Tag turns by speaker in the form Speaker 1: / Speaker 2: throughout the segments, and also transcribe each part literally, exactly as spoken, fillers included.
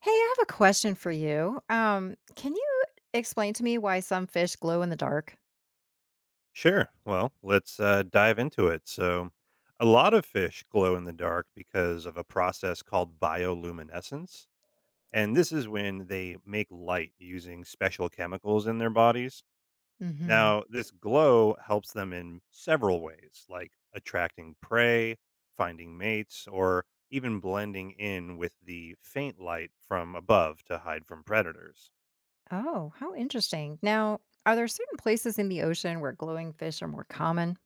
Speaker 1: Hey, I have a question for you. Um, can you explain to me why some fish glow in the dark?
Speaker 2: Sure. Well, let's uh, dive into it. So, a lot of fish glow in the dark because of a process called bioluminescence. And this is when they make light using special chemicals in their bodies.
Speaker 1: Hmm.
Speaker 2: Now, this glow helps them in several ways, like attracting prey, finding mates, or even blending in with the faint light from above to hide from predators.
Speaker 1: Oh, how interesting. Now, are there certain places in the ocean where glowing fish are more common?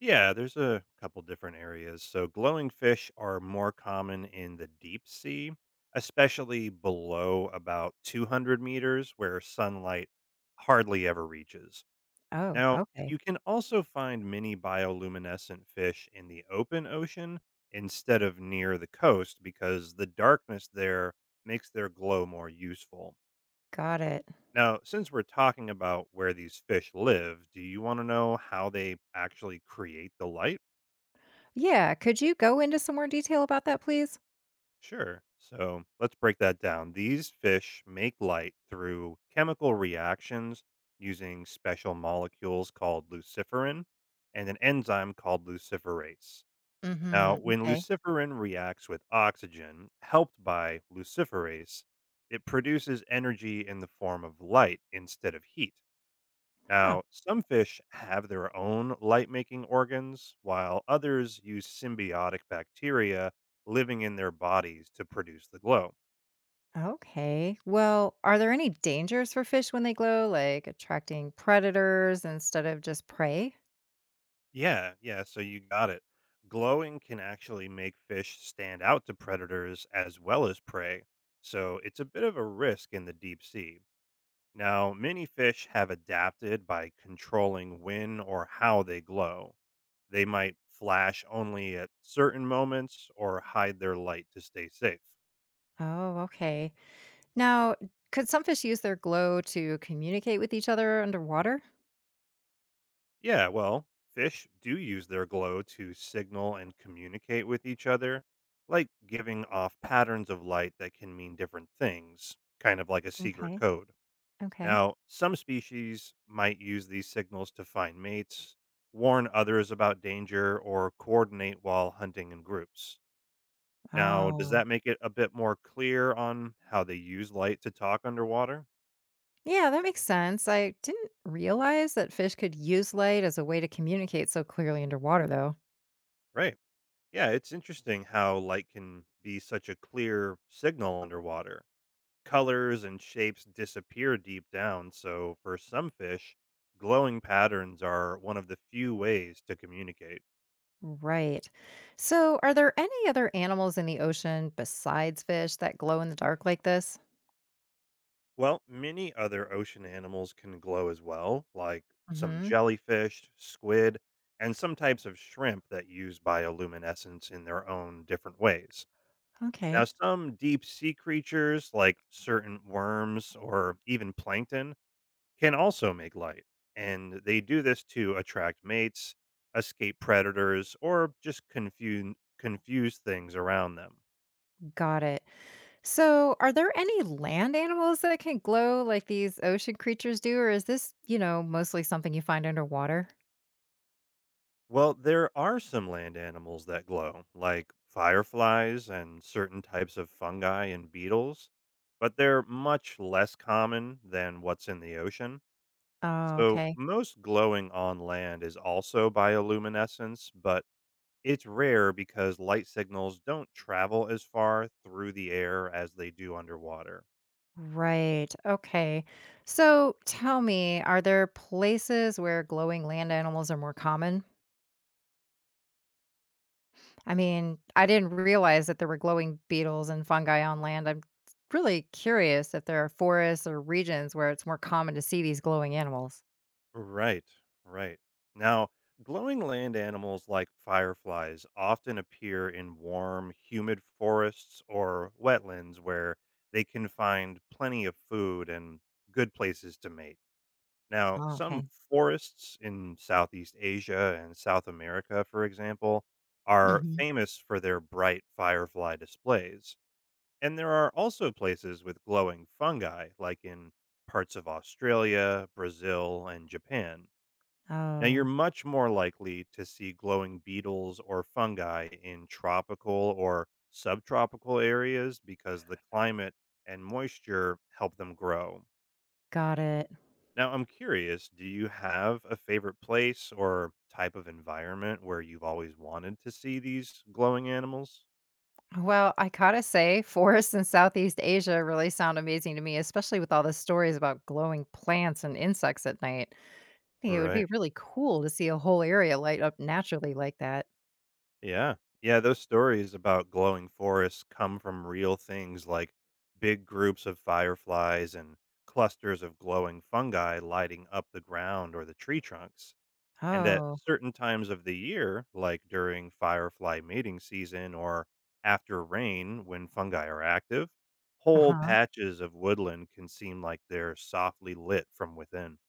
Speaker 2: Yeah, there's a couple different areas. So, glowing fish are more common in the deep sea, especially below about two hundred meters where sunlight hardly ever reaches.
Speaker 1: Oh,
Speaker 2: Now, you
Speaker 1: okay.
Speaker 2: can also find many bioluminescent fish in the open ocean instead of near the coast because the darkness there makes their glow more useful.
Speaker 1: Got it.
Speaker 2: Now, since we're talking about where these fish live, do you want to know how they actually create the light?
Speaker 1: Yeah, could you go into some more detail about that, please?
Speaker 2: Sure. So let's break that down. These fish make light through chemical reactions using special molecules called luciferin and an enzyme called luciferase. Now,
Speaker 1: Hmm.
Speaker 2: when
Speaker 1: Okay.
Speaker 2: luciferin reacts with oxygen, helped by luciferase, it produces energy in the form of light instead of heat.
Speaker 1: Huh.
Speaker 2: Now, some fish have their own light making organs, while others use symbiotic bacteria living in their bodies to produce the glow.
Speaker 1: Okay. Well, are there any dangers for fish when they glow, like attracting predators instead of just prey?
Speaker 2: Yeah, yeah, so you got it. Glowing can actually make fish stand out to predators as well as prey, so it's a bit of a risk in the deep sea. Now, many fish have adapted by controlling when or how they glow. They might flash only at certain moments or hide their light to stay safe.
Speaker 1: Oh, okay. Now, could some fish use their glow to communicate with each other underwater?
Speaker 2: Yeah, well, fish do use their glow to signal and communicate with each other, like giving off patterns of light that can mean different things, kind of like a secret
Speaker 1: Okay.
Speaker 2: code.
Speaker 1: Okay.
Speaker 2: Now, some species might use these signals to find mates, warn others about danger, or coordinate while hunting in groups. Now, does
Speaker 1: Oh,
Speaker 2: that make it a bit more clear on how they use light to talk underwater?
Speaker 1: yeah, that makes sense. I didn't realize that fish could use light as a way to communicate so clearly underwater, though.
Speaker 2: Right. Yeah, it's interesting how light can be such a clear signal underwater. Colors and shapes disappear deep down, so for some fish, glowing patterns are one of the few ways to communicate.
Speaker 1: Right. So, are there any other animals in the ocean besides fish that glow in the dark like this?
Speaker 2: Well, many other ocean animals can glow as well, like some
Speaker 1: Hmm.
Speaker 2: jellyfish, squid, and some types of shrimp that use bioluminescence in their own different ways. Now,
Speaker 1: Okay.
Speaker 2: some deep sea creatures, like certain worms or even plankton, can also make light, and they do this to attract mates, escape predators, or just confuse confuse things around them.
Speaker 1: Got it. So, are there any land animals that can glow like these ocean creatures do, or is this, you know, mostly something you find underwater?
Speaker 2: Well, there are some land animals that glow, like fireflies and certain types of fungi and beetles, but they're much less common than what's in the ocean.
Speaker 1: Oh,
Speaker 2: So,
Speaker 1: okay.
Speaker 2: most glowing on land is also bioluminescence, but it's rare because light signals don't travel as far through the air as they do underwater.
Speaker 1: Right. Okay. So tell me, are there places where glowing land animals are more common? I mean, I didn't realize that there were glowing beetles and fungi on land. I'm really curious if there are forests or regions where it's more common to see these glowing animals.
Speaker 2: Right, right. Now, glowing land animals like fireflies often appear in warm, humid forests or wetlands where they can find plenty of food and good places to mate. Now,
Speaker 1: Oh,
Speaker 2: some
Speaker 1: okay.
Speaker 2: forests in Southeast Asia and South America, for example, are
Speaker 1: Hmm.
Speaker 2: famous for their bright firefly displays. And there are also places with glowing fungi, like in parts of Australia, Brazil, and Japan. Now, you're
Speaker 1: Oh,
Speaker 2: much more likely to see glowing beetles or fungi in tropical or subtropical areas because the climate and moisture help them grow.
Speaker 1: got it.
Speaker 2: Now, I'm curious, do you have a favorite place or type of environment where you've always wanted to see these glowing animals?
Speaker 1: Well, I gotta say, forests in Southeast Asia really sound amazing to me, especially with all the stories about glowing plants and insects at night. Think it would
Speaker 2: Right.
Speaker 1: be really cool to see a whole area light up naturally like that.
Speaker 2: Yeah. Yeah, those stories about glowing forests come from real things like big groups of fireflies and clusters of glowing fungi lighting up the ground or the tree trunks. And at
Speaker 1: Oh,
Speaker 2: certain times of the year, like during firefly mating season or after rain when fungi are active, whole
Speaker 1: uh-huh.
Speaker 2: patches of woodland can seem like they're softly lit from within.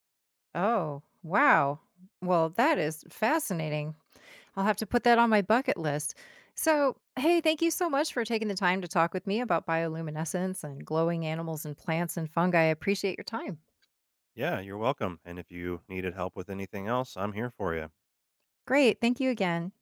Speaker 1: Oh, wow. Well, that is fascinating. I'll have to put that on my bucket list. So, hey, thank you so much for taking the time to talk with me about bioluminescence and glowing animals and plants and fungi. I appreciate your time.
Speaker 2: Yeah, you're welcome. And if you needed help with anything else, I'm here for you.
Speaker 1: Great. Thank you again.